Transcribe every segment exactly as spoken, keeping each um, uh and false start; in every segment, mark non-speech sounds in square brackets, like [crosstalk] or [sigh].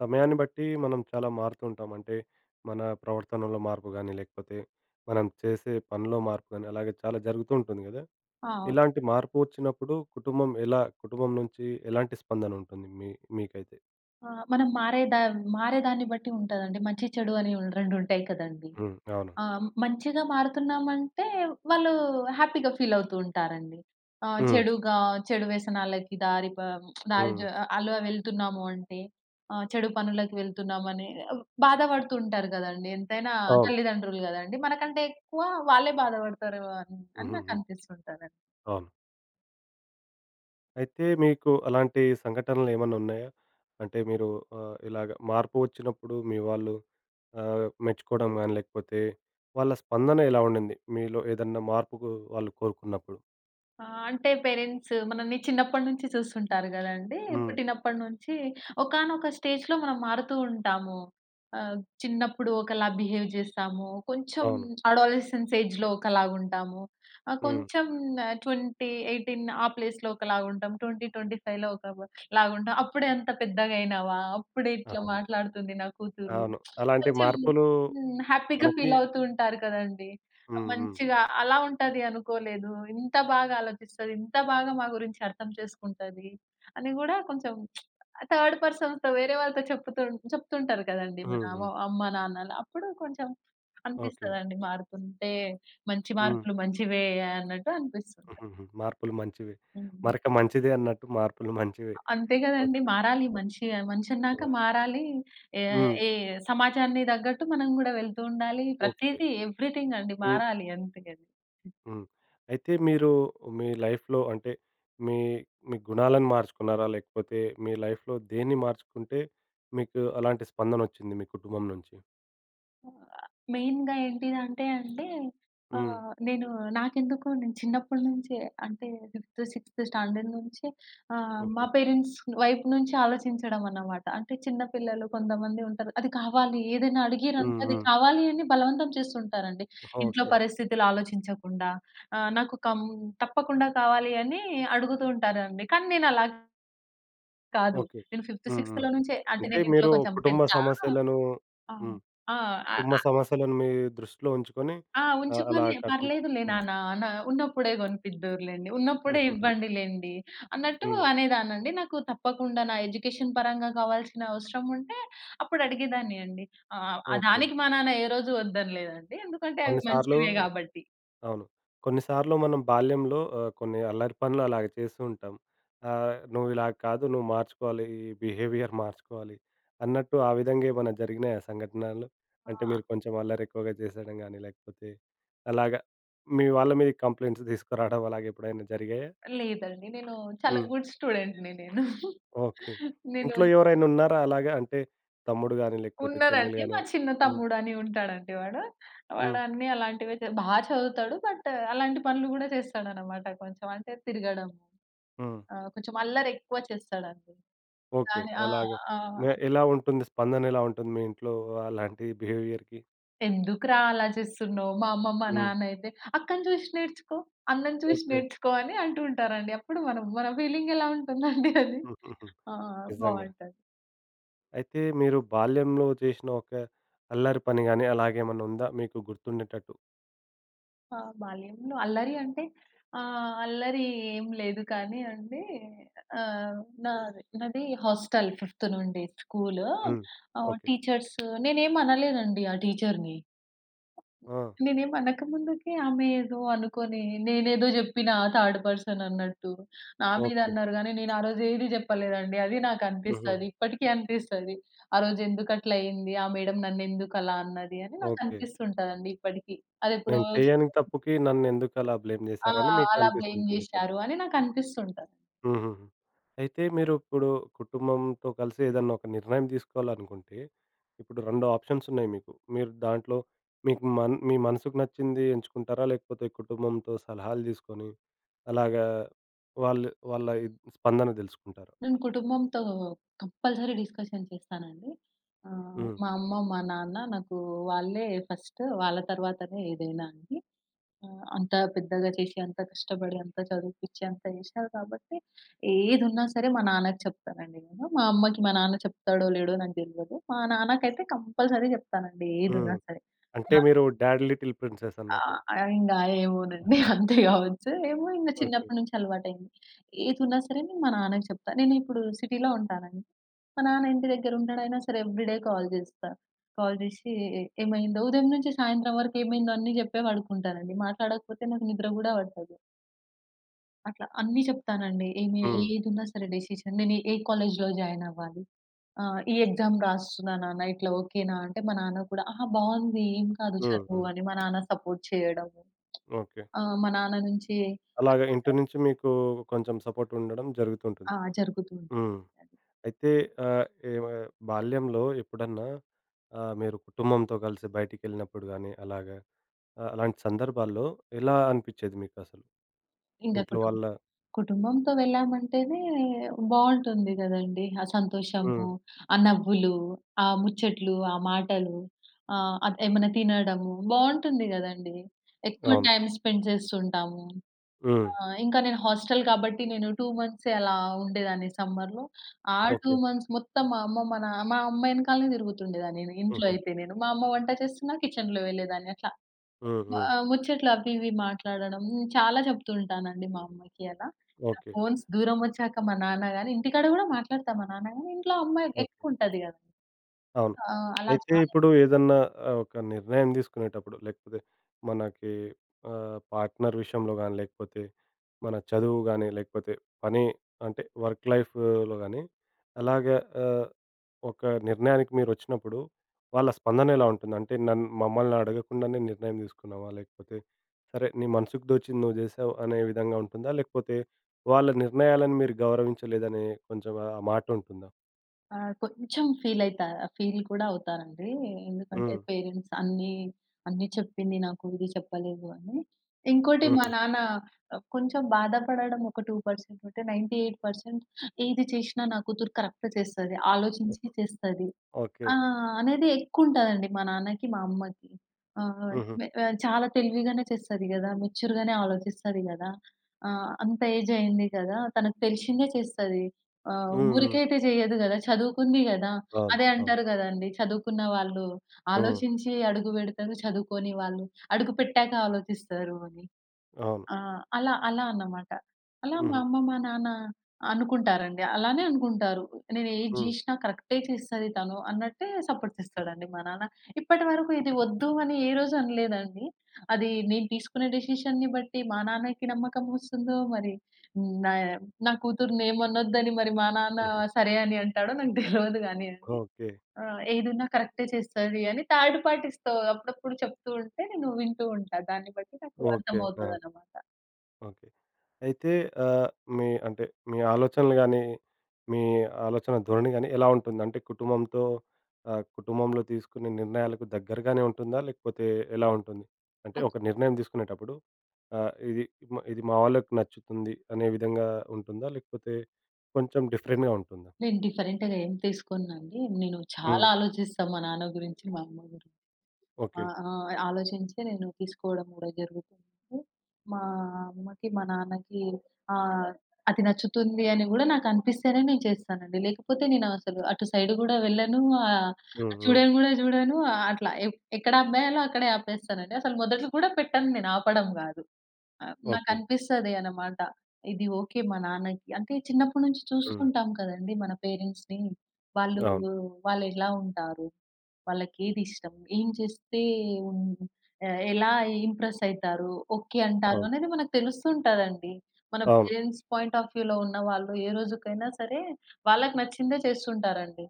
సమయాన్ని బట్టి మనం చాలా మారుతూ ఉంటాం. అంటే మన ప్రవర్తనలో మార్పు గాని, లేకపోతే మనం చేసే పనిలో మార్పు గాని, అలాగే చాలా జరుగుతూ ఉంటుంది గదా! ఆ! అవును. ఇలాంటి మార్పు వచ్చినప్పుడు కుటుంబం ఎలా కుటుంబం నుంచి ఎలాంటి స్పందన ఉంటుంది మీ మీకైతే? ఆ! మనం మారే దా మారే దాన్ని బట్టి ఉంటదండి. మంచి, చెడు అని ఉన్ రెండు ఉంటాయి కదండీ. హ్మ్. అవును. ఆ! మంచిగా మారుతున్నామంటే వాళ్ళు హ్యాపీగా ఫీల్ అవుతూ ఉంటారండి. ఆ! హ్మ్. హ్మ్. చెడుగా చెడు వ్యసనాలకి దారి ప దారి జ హ్మ్. అలా వెళ్తున్నాము అంటే ఆహ్, చెడు పనులకి వెళ్తున్నామని బాధపడుతూ ఉంటారు గదండీ. ఎంతైనా అవును. అవును. తల్లిదండ్రులు గదండీ. మనకంటే ఎక్కువ వాళ్ళే బాధపడతారేమో అని అని నాకు హుహుహు. అనిపిస్తుంటది. అవును. అయితే మీకు అలాంటి సంఘటనలు ఏమన్నా ఉన్నాయా? అంటే మీరు ఆహ్, ఇలాగ మార్పు వచ్చినప్పుడు మీ వాళ్ళు ఆహ్, మెచ్చుకోవడం గాని, లేకపోతే వాళ్ళ స్పందన ఎలా ఉండింది? మీలో ఏదన్నా మార్పుకు వాళ్ళు కోరుకున్నప్పుడు? ఆ! అంటే పేరెంట్స్ మనల్ని చిన్నప్పటి నుంచి చూస్తుంటారు గదండీ. హ్మ్. పుట్టినప్పటి నుంచి ఒకానొక స్టేజ్‌లో మనం మారుతూ ఉంటాము. ఆహ్, చిన్నప్పుడు ఒకలా బిహేవ్ జేస్తాము. కొంచెం అవును. అడాలసెన్స్ ఏజ్‌లో ఒకలాగుంటాము. ఆహ్, హ్మ్. కొంచెం ఇరవై, పద్దెనిమిది ఆ ప్లేస్‌లో ఒకలాగుంటాం. ఇరవై, 25లో ఒక లాగుంటాం. అప్పుడే అంత పెద్దగయినావా? అప్పుడే ఇట్లా అవును. మాట్లాడుతుంది నా కూతురు. అవును. అలాంటి కొంచెం మార్పులు హ్మ్. హ్యాపీగా మనకి ఫీల్ అవుతూ ఉంటారు కదండీ. హ్మ్. హ్మ్. మంచిగా అలా ఉంటది అనుకోలేదు. ఇంత బాగా ఆలోచిస్తది. ఇంత బాగా మా గురించి అర్థం చేసుకుంటది. అని గూడా కొంచెం థర్డ్ పర్సన్స్‌తో వేరే వాళ్ళతో చెప్పుతూ చెప్తుంటారు కదండీ! మన హ్మ్. అమ్మ హ్మ్. అమ్మ, నాన్నలు. అప్పుడు కొంచెం ఓకే. అనిపిస్తదండి. మారుతుంటే మంచి హ్మ్. మార్పులు మంచివే అన్నట్టు [laughs] అనిపిస్తుంటది. హుహుహు. మార్పులు మంచివే. హ్మ్. మరక మంచిదే అన్నట్టు మార్పులు మంచివే. అంతే గదండీ! ఓకే. మారాలి మనిషి. మనిషి అన్నాక యాహ్! మారాలి. ఏ హ్మ్. ఏ సమాజాన్ని తగ్గట్టు మనం గూడా వెళ్తూ ఉండాలి. ఓకే. ప్రతీదీ ఎవ్రీథింగ్ అండి హ్మ్. మారాలి అంతే అది. హ్మ్. అయితే మీరు మీ లైఫ్‌లో అంటే మీ మీ గుణాలను మార్చుకున్నారా? లేకపోతే మీ లైఫ్‌లో దేన్ని మార్చుకుంటే మీకు అలాంటి స్పందనొచ్చింది మీ కుటుంబం నుంచి? మెయిన్‌గా ఏంటిదంటే అండి హ్మ్. హ్మ్. ఆహ్, నేను నాకెందుకో నేను చిన్నప్పటి నుంచే అంటే ఫిఫ్త్, సిక్స్త్ స్టాండర్డ్ నుంచి ఆహ్, మా ఓకే. పేరెంట్స్ వైపు నుంచి ఆలోచించడం అన్నమాట. అంటే చిన్న పిల్లలు కొంతమంది ఉంటారు. అది కావాలి ఏదైనా హ్మ్. అడిగిరనుకో అది హ్మ్. కావాలి అని బలవంతం చేస్తుంటారండి. ఇంట్లో ఓకే. పరిస్థితులు ఆలోచించకుండా ఆహ్, నాకు కం తప్పకుండా కావాలి అని అడుగుతూ ఉంటారండి. కానీ నేను అలా కాదు. ఓకే. నేను ఫిఫ్త్, హ్మ్. హ్మ్. సిక్స్త్‌లో నుంచే అంటే అంటే నేను ఇంట్లో మీరు కొంచెం కుటుంబ పెద్ద. సమస్యలను ఆ! హ్మ్. ఆ! కుటుంబ సమస్యలను మీ దృష్టిలో ఉంచుకొని ఆ! ఆహ్, అలా ఉంచుకొని, కాకుండా "పర్లేదులే హ్మ్. నాన్న, నా ఉన్నప్పుడే గొనిపిద్దురులెండి. [laughs] ఉన్నప్పుడే హుహుహు. ఇవ్వండిలెండి" అన్నట్టు హ్మ్. అనేదాన్నండి. నాకు తప్పకుండా నా ఎడ్యుకేషన్ పరంగా కావాల్సిన అవసరం ఉంటే అప్పుడు అడిగేదాన్ని అండి. ఆహ్, ఆహ్, ఓకే. దానికి మా నాన్న ఏ రోజు వద్దనలేదండి. ఎందుకంటే అవి కొన్ని సార్లు మంచివే గాబట్టి. అవును. కొన్నిసార్లు మనం బాల్యంలో ఆహ్, కొన్ని అల్లరి పనులు అలాగ చేస్తూ ఉంటాం. ఆహ్, నువ్విలా కాదు, నువ్వు మార్చుకోవాలి, ఈ బిహేవియర్ మార్చుకోవాలి అన్నట్టు ఆ విధంగా ఏమన్నా జరిగినాయా సంఘటనలు? ఆ! అంటే మీరు కొంచెం అల్లరెక్కువగా చేసేయడం గానీ, లేకపోతే అలాగా మీ వాళ్ళ మీద కంప్లెయింట్స్ తీసుకురావడం అలాగెప్పుడైనా జరిగాయా? లేదండి. నేను చాలా హ్మ్. గుడ్ స్టూడెంట్‌ని నేను. ఓకే. నేను ఇంట్లో ఎవరైనా ఉన్నారా అలాగా? అంటే తమ్ముడు గానీ, లేకపోతే చెల్లెలు ఉన్నారండి. గానీ? మా చిన్న హ్మ్. తమ్ముడని ఉంటాడండి వాడు. హ్మ్. వాడు అన్నీ అలాంటివే చే బా చదువుతాడు. బట్ అలాంటి పనులు గూడా చేస్తాడనమాట కొంచెం. అంటే తిరగడం, హ్మ్. ఆహ్, కొంచెం అల్లరెక్కువ చేస్తాడండి. ఓకే. దాని ఆ! అలాగే. ఆ! మే ఎలా ఉంటుంది? స్పందన ఎలా ఉంటుంది మీ ఇంట్లో అలాంటి బిహేవియర్‌కి? "ఎందుకురా అలా చేస్తున్నావు?" మా అమ్మ, మా హ్మ్. నాన్నయితే, "అక్కని చూసి నేర్చుకో, అన్నని చూసి ఓకే. నేర్చుకో" అని అంటూ ఉంటారండి. అప్పుడు మనం మన ఫీలింగ్ ఎలా ఉంటుందండి అది. హుహుహు. ఆ! నిజంగా. బావుంటది. అయితే మీరు బాల్యంలో చేసిన ఒక అల్లరి పని గాని, అలాగేమన్నా ఉందా మీకు గుర్తుండేటట్టు? ఆ! బాల్యంలో అల్లరి అంటే ఆహ్, అల్లరి ఏం లేదు కానీ అండి. ఆహ్, నా నాది హాస్టల్ ఫిఫ్త్ నుండి స్కూలు. హ్మ్. ఆహ్, ఓకే. ఓకే. టీచర్స్. నేనేం అనలేదండి ఆ టీచర్‌ని. ఆ! నేనేం అనకముందుకే ఆమె ఏదో అనుకోని నేనేదో జెప్పినా థర్డ్ పర్సన్ అన్నట్టు నా మీద ఓకే. అన్నారు గానీ నేను ఆ రోజు ఏది జెప్పలేదండి. అది నాకు హుహు. అనిపిస్తది. ఇప్పటికీ అనిపిస్తది. ఆ రోజు ఎందుకట్లయింది? ఆ మేడం నన్నెందుకలా అన్నది అని నాకు ఓకే. అనిపిస్తుంటదండి ఇప్పటికీ. అదెప్పుడో. నేను చేయని తప్పుకి నన్నెందుకలా బ్లేమ్ ఆ! చేశారని మీకు అలా బ్లేమ్ అనిపిస్తుంటుంది. జేశారు అని నాకనిపిస్తుంటది. హుహుహు. అయితే మీరు ఇప్పుడు కుటుంబంతో కలిసి ఏదన్నా ఒక నిర్ణయం తీసుకోవాలనుకుంటే, ఇప్పుడు రెండు ఆప్షన్స్ ఉన్నాయి మీకు. మీరు దాంట్లో మీకు మన్ మీ మనసుకు నచ్చింది ఎంచుకుంటారా? లేకపోతే కుటుంబంతో సలహాలు తీసుకొని, అలాగా వాళ్ళు వాళ్ళ ఇద్ స్పందన తెలుసుకుంటారా? నేను కుటుంబంతో కంపల్సరీ డిస్కషన్ చేస్తానండి. ఆహ్, హ్మ్. మా అమ్మ, మా నాన్న నాకు వాళ్ళే ఫస్ట్. వాళ్ళ తర్వాతనే ఏదైనా అండి. ఆహ్, అంత పెద్దగా చేసి, అంత కష్టపడి, అంత చదివిపిచ్చి, అంత చేశారు కాబట్టి ఏదున్నా సరే మా నాన్నకి చెప్తానండి నేను. మా అమ్మకి మా నాన్న చెప్తాడో లేడో నాకు తెలవదు. మా నాన్నకైతే కంపల్సరీ చెప్తానండి హ్మ్. ఏదున్నా సరే. అంటే మీరు 'డాడ్ లిటిల్ ప్రిన్సెస్' ఆ! అన్నట్టు. ఆహ్, ఇంగా ఏమోనండి. [laughs] అంతే గావచ్చు. ఏమో ఇంగ ఓకే. చిన్నప్పటి నుంచి అలవాటయింది. ఏదున్నా సరే నేను మా నాన్నకి చెప్తా. నేనిప్పుడు సిటీలో ఉంటానండి. మా నాన్న ఇంటి దగ్గర ఉంటాడైనా సరే ఎవ్రీడే కాల్ జేస్తా. కాల్ జేసి ఏమైందో ఉదయం నుంచి సాయంత్రం వరకు ఏమైందో అన్నీ జెప్పే పడుకుంటానండి. మాట్లాడకపోతే నాకు నిద్ర గూడా పట్టదు. అట్లా అన్నీ చెప్తానండి. ఏమి హ్మ్. ఏదున్నా సరే డెసిషన్. నేను ఏ కాలేజ్‌లో జాయిన్ అవ్వాలి? ఆహ్, ఈ ఎగ్జామ్ రాస్తున్నా నాన్న. ఇట్లా ఓకేనా? అంటే మా నాన్న కూడా, "ఆహా! బావుంది. ఏం కాదు హ్మ్. చదువు" హ్మ్. అని మా నాన్న సపోర్ట్ చేయడము. ఓకే. ఆ! మా నాన్న నుంచి అలాగా సపోర్ట్. ఇంటి నుంచి మీకు కొంచెం సపోర్ట్ ఉండడం జరుగుతుంటుంది. ఆ! జరుగుతూ ఉంటుంది హ్మ్. అది. అయితే ఆహ్, ఏవ బాల్యంలో ఎప్పుడన్నా ఆహ్, మీరు కుటుంబంతో కలిసి బయటికెళ్ళినప్పుడు గానీ అలాగా ఆహ్, అలాంటి సందర్భాల్లో ఎలా అనిపిచ్చేది మీకసలు? ఇంకా ఇంట్లో కుటుం ఓకే. వాళ్ళ కుటుంబంతో వెళ్ళామంటేనే బావుంటుంది గదండీ! ఆ హ్మ్. హ్మ్. సంతోషము, ఆ నవ్వులు, ఆ ముచ్చట్లు, ఆ మాటలు, ఆహ్, అది ఏమన్నా తినడము బావుంటుంది గదండీ! ఎక్కువ అవును. టైమ్ స్పెండ్ చేస్తుంటాము. హ్మ్. ఆ! ఇంకా నేను హాస్టల్ కాబట్టి నేను రెండు మంత్సే అలా ఉండేదాన్ని సమ్మర్‌లో. ఆ రెండు ఓకే. మంత్స్ మొత్తం మా అమ్మ, మా నా మా అమ్మ ఎనకాలనే తిరుగుతుండేదాన్ని నేను. ఇంట్లో హుహు. అయితే నేను, మా అమ్మ వంట చేస్తున్నా కిచెన్‌లో వెళ్ళేదాన్ని. అట్లా హ్మ్. ఆ! హ్మ్. ముచ్చట్లు అవి ఇవి మాట్లాడడం. చాలా చెప్తుంటానండి మా అమ్మకి అలా. ఓకే. ఫోన్స్ దూరమొచ్చాక మా నాన్న గాని ఇంటికాడ గూడా మాట్లాడతా మా నాన్న గాని ఇంట్లో అమ్మ ఓకే. ఎక్కువుంటది గదండీ. అవును. ఆ! అలా అయితే చాలా. ఇప్పుడు ఏదన్నా ఆహ్, ఒక నిర్ణయం తీసుకునేటప్పుడు లేకపోతే మనకి ఆహ్, పార్ట్‌నర్ విషయంలో గానీ, లేకపోతే మన చదువు గానీ, లేకపోతే పని అంటే వర్క్ లైఫ్‌లో గానీ అలాగా ఆహ్ ఒక నిర్ణయానికి మీరొచ్చినప్పుడు, వాళ్ళ స్పందన ఎలా ఉంటుంది? అంటే నన్ మమ్మల్ని అడగకుండానే నిర్ణయం తీసుకున్నావా? లేకపోతే సరే నీ మనసుకు దోచింది నువ్వు జేశావు అనే విధంగా ఉంటుందా? లేకపోతే వాళ్ళ నిర్ణయాలను మీరు గౌరవించలేదనే కొంచెం ఆ మాట ఉంటుందా? ఆహ్, కొంచెం ఫీలయితా ఫీల్ కూడా అవుతారండి. ఎందుకంటే హ్మ్. పేరెంట్స్ అన్నీ, అన్నీ చెప్పింది నాకు ఇది చెప్పలేదు అని. ఇంకోటి మా హుహు. నాన్న కొంచెం బాధపడడం ఒక రెండు శాతం ఉంటే తొంభై ఎనిమిది శాతం ఇది చేసినా నా కూతురు కరెక్ట్ చేస్తది. ఆలోచించి చేస్తది. ఓకే. ఆ! అనేది ఎక్కువుంటదండి మా నాన్నకి, మా అమ్మకి. ఆహ్, హుహు. మె ఆహ్, చాలా తెలివిగానే చేస్తది గదా! మెచ్యూర్‌గానే ఆలోచిస్తది గదా! ఆహ్, అంత ఏజ్ అయింది కదా! తనకు తెలిసిందే చేస్తది. ఆహ్, హ్మ్. హ్మ్. ఊరికైతే చేయదు గదా! చదువుకుంది గదా! అవును. అదే అవును. అంటారు గదండీ! చదువుకున్న వాళ్ళు హ్మ్. ఆలోచించి అడుగు పెడతారు, చదువుకోని వాళ్ళు అడుగు పెట్టాక ఆలోచిస్తారు అని. అవును. ఆ! అలా, అలా అన్నమాట. అలా మా హుహు. అమ్మ, మా నాన్న అనుకుంటారండి. అలానే అనుకుంటారు. నేను ఏది హ్మ్. జేసినా కరెక్టే చేస్తది తను అన్నట్టే సపోర్ట్ హ్మ్. చేస్తాడండి మా నాన్న. ఇప్పటివరకు ఇది వద్దు అని ఏ రోజు అనలేదండి. అది నేను తీసుకునే డెసిషన్‌ని బట్టి మా నాన్నకి నమ్మకం వస్తుందో మరి నా నా కూతుర్ని ఏమనొద్దని మరి మా నాన్న హుహు. సరే అని అంటాడో నాకు తెలవదు గానీయండి. ఓకే. ఆ! ఏదున్నా కరెక్టే చేస్తది అని థర్డ్ పార్టీస్‌తో అప్పుడప్పుడు చెప్తూ ఉంటే నేను వింటూ ఉంటా. దాన్ని బట్టి నాకు ఓకే. ఆ! అర్థమవుతదనమాట. ఓకే. అయితే ఆహ్, మీ అంటే మీ ఆలోచనలు గానీ, మీ ఆలోచన ధోరణి గానీ ఎలా ఉంటుంది? అంటే కుటుంబంతో ఆహ్, కుటుంబంలో తీసుకునే నిర్ణయాలకు దగ్గరగానే ఉంటుందా? లేకపోతే ఎలా ఉంటుంది? అంటే ఒక నిర్ణయం తీసుకునేటప్పుడు ఆహ్, ఇది మ ఇది మా వాళ్ళకి నచ్చుతుంది అనే విధంగా ఉంటుందా? లేకపోతే కొంచెం డిఫరెంట్‌గా ఉంటుందా? నేను డిఫరెంట్‌గా ఏం తీసుకోనండి. నేను హ్మ్. చాలా ఆలోచిస్తా మా నాన్న గురించి, మా అమ్మ గురించి. ఆ! ఓకే. ఆ! ఆలోచించి నేను తీసుకోవడం గూడా జరుగుతుంది. మా అమ్మకి, మా నాన్నకి ఆహ్, అది నచ్చుతుంది అని గూడా నాకనిపిస్తేనే నేను చేస్తానండి. లేకపోతే నేనసలు అటు సైడ్ గూడా వెళ్ళను. ఆహ్, హ్మ్. హ్మ్. చూడను గూడా చూడను. అట్లా ఎ ఎక్కడ ఆపేయాలో అక్కడే ఆపేస్తానండి. అసలు మొదట్లో కూడా పెట్టను నేను ఆపడం గాదు. ఆ! ఓకే. నాకనిపిస్తది అన్నమాట. ఇది ఓకే మా నాన్నకి. అంటే చిన్నప్పటి నుంచి హ్మ్. చూస్తుంటాం కదండీ మన పేరెంట్స్‌ని. వాళ్ళు అవును. వాళ్ళెలా ఉంటారు? వాళ్ళకేది ఇష్టం? ఏం చేస్తే హ్మ్, ఆహ్, ఎలా ఇంప్రెస్ అయితారు? ఓకే అంటారు అవును. అనేది మనకు తెలుస్తుంటదండి. మన అవును. పేరెంట్స్ పాయింట్ ఆఫ్ వ్యూలో ఉన్న వాళ్ళు ఏ రోజుకైనా సరే వాళ్ళకి నచ్చిందే చేస్తుంటారండి.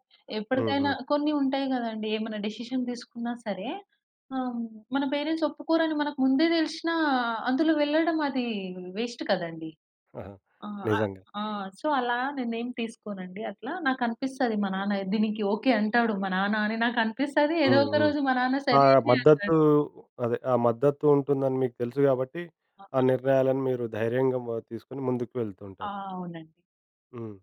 హ్మ్. ఎప్పటికైనా హ్మ్. కొన్ని ఉంటాయి గదండీ! ఏమైనా డెసిషన్ తీసుకున్నా సరే ఆహ్, మన పేరెంట్స్ ఒప్పుకోరని మనకు ముందే దెలిషినా అందులో వెళ్ళడం అది వేస్ట్ కదండీ! ఆహా! ఆ! ఆహ్, నిజంగా. ఆ! సో, అలా నేనేం తీసుకోనండి అట్లా. నాకనిపిస్తది మా నాన్న దీనికి ఓకే అంటాడు మా నాన్న అని నాకనిపిస్తది. ఏదో హ్మ్. ఒక హ్మ్. రోజు మా నాన్న ఆ సరే అనే మద్దతు అంటాడు. అదే ఆ మద్దతు ఉంటుందని మీకు తెలుసు గాబట్టి, ఆ! ఆ నిర్ణయాలను మీరు ధైర్యంగా మ తీసుకొని ముందుకు ఆ! వెళ్తుంటారు. అవునండి. హ్మ్.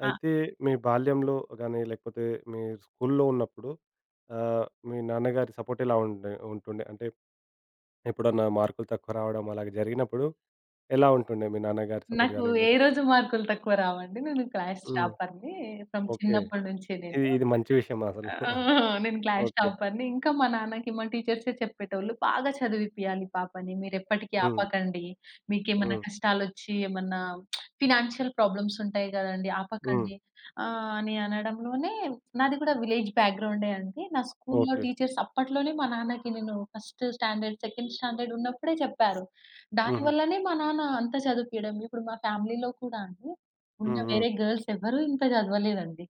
ఆ! అయితే మీ బాల్యంలో గాని, లేకపోతే మీ స్కూల్లో ఉన్నప్పుడు ఆహ్, మీ నాన్నగారి సపోర్ట్ ఎలా ఉండే ఉంటుండే? అంటే ఎప్పుడన్నా మార్కులు తక్కువ రావడం అలాగ జరిగినప్పుడు ఎలా ఉంటుండే మీ నాన్నగారి సపోర్ట్ నాకు గాని ఏ లైక్ రోజు మార్కులు తక్కువ రావండి. నేను క్లాస్ హ్మ్. టాపర్‌ని ఫ్రమ్ ఓకే. చిన్నప్పటి నుంచి నేను. ఇది ఇది మంచి విషయం అసలు. ఆ! [laughs] నేను క్లాస్ ఓకే. టాపర్‌ని. ఇంకా మా నాన్నకి మా టీచర్సే చెప్పేటోళ్ళు. "బాగా చదివిపియాలి పాపని. మీరెప్పటికి హ్మ్. ఆపకండి. మీకేమన్నా హ్మ్. కష్టాలొచ్చి ఏమన్నా ఫినాన్షియల్ ప్రాబ్లమ్స్ ఉంటాయి గదండీ! హ్మ్. ఆపకండి." ఆహ్, అని అనడంలోనే నాది కూడా విలేజ్ బ్యాక్‌గ్రౌండే అండి. నా స్కూల్‌లో ఓకే. ఓకే. టీచర్స్ అప్పట్లోనే మా నాన్నకి నేను ఫస్ట్ స్టాండర్డ్, సెకండ్ స్టాండర్డ్ ఉన్నప్పుడే చెప్పారు. హుహు. దానివల్లనే మా నాన్న అంత చదివిపియడం. ఇప్పుడు మా ఫ్యామిలీలో కూడా అండి ఉన్న హ్మ్. హ్మ్. వేరే గర్ల్స్ ఎవ్వరూ ఇంత చదవలేదండి.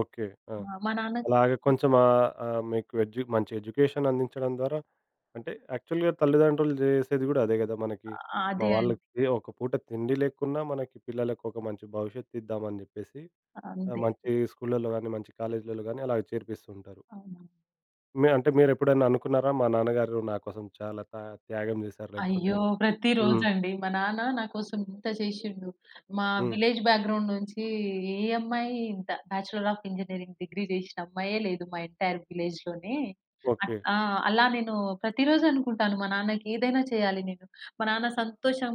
ఓకే. ఆ! మా మా నాన్న. అలాగే కొంచెం ఆహ్, ఆహ్, మీకు ఎడ్యు మంచి ఎడ్యుకేషన్ అందించడం ద్వారా అంటే యాక్చువల్‌గా తల్లిదండ్రులు జేసేది గూడా అదే గదా! మనకి మా అదే అండి. వాళ్ళకి ఒక పూట తిండి లేకున్నా మనకి పిల్లలకు ఒక మంచి భవిష్యత్తు ఇద్దామని జెప్పేసి ఆహ్, అంతే. మంచి స్కూళ్ళలో గానీ, మంచి కాలేజీలలో గానీ అలాగ చేర్పిస్తూ ఉంటారు. అవునా? మీ అంటే మీరెప్పుడైనా అనుకున్నారా? మా నాన్నగారు నా కోసం చాలా తా త్యాగం జేశారు లేకపోతే అయ్యో! హ్మ్. ప్రతిరోజండి. మా నాన్న నా కోసం ఇంత చేశిండు. మా హ్మ్. విలేజ్ బ్యాక్‌గ్రౌండ్ నుంచి ఏ అమ్మాయి ఇంత బ్యాచిలర్ ఆఫ్ ఇంజినీరింగ్ డిగ్రీ చేసిన అమ్మాయే లేదు మా ఎంటైర్ విలేజ్‌లోనే. At okay. ఆ! అలా నేను ప్రతిరోజు అనుకుంటాను మా నాన్నకి ఏదైనా చేయాలి నేను. మా నాన్న సంతోషం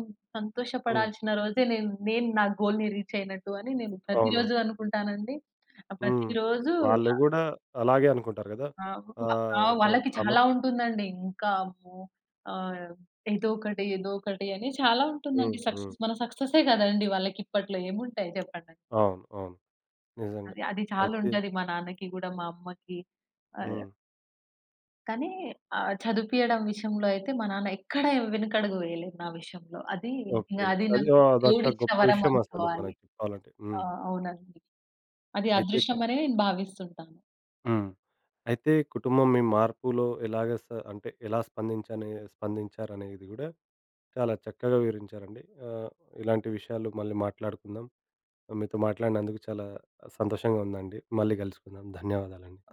హ్మ్. సంతోషపడాల్సిన రోజే నేను, నేను నా గోల్‌ని రీచ్ అయినట్టు అని నేను అవునవును. ప్రతిరోజు అనుకుంటానండి. హ్మ్. ప్రతిరోజు వాళ్ళు గూడా అలాగే అనుకుంటారు గదా! ఆ! వ ఆ! ఆహ్, ఒక వాళ్ళకి సామెత చాలా ఉంటుందండి. ఇంకా అమ్మో! ఆహ్, ఏదో ఒకటి, ఏదో ఒకటి అని చాలా హ్మ్. ఉంటుందండి. హ్మ్. సక్సెస్ మన సక్సెసే కదండీ వాళ్ళకి ఇప్పట్లో ఏముంటాయి చెప్పండి. అవును. అవును. నిజంగా. అది అది చాలా అయితే ఉంటది మా నాన్నకి గూడా, మా అమ్మకి. ఆహ్, హ్మ్. కానీ ఆహ్, చదివిపియడం విషయంలో అయితే మా నాన్న ఎక్కడ వెనకడుగు వేయలేదు నా విషయంలో. అది ఇంగ ఓకే. అది అది నాకు ఆ! అదొక దేవుడిచ్చిన గొప్ప వరం విషయం అసలు అనుకోవాలి. మనకి చెప్పాలంటే. ఆ! హ్మ్. అవునండి. అది నిజం. అయితే కు అదృష్టమనే నేను భావిస్తుంటాను. హ్మ్. అయితే కుటుంబం మీ మార్పులో ఎలాగ స అంటే ఎలా స్పందించని స్పందించారనేది గూడా చాలా చక్కగా వివరించారండి. ఆహ్, ఇలాంటి విషయాలు మళ్ళీ మాట్లాడుకుందాం. మీతో మాట్లాడినందుకు చాలా సంతోషంగా ఉందండి. మళ్ళీ కలుసుకుందాం. ధన్యవాదాలండి.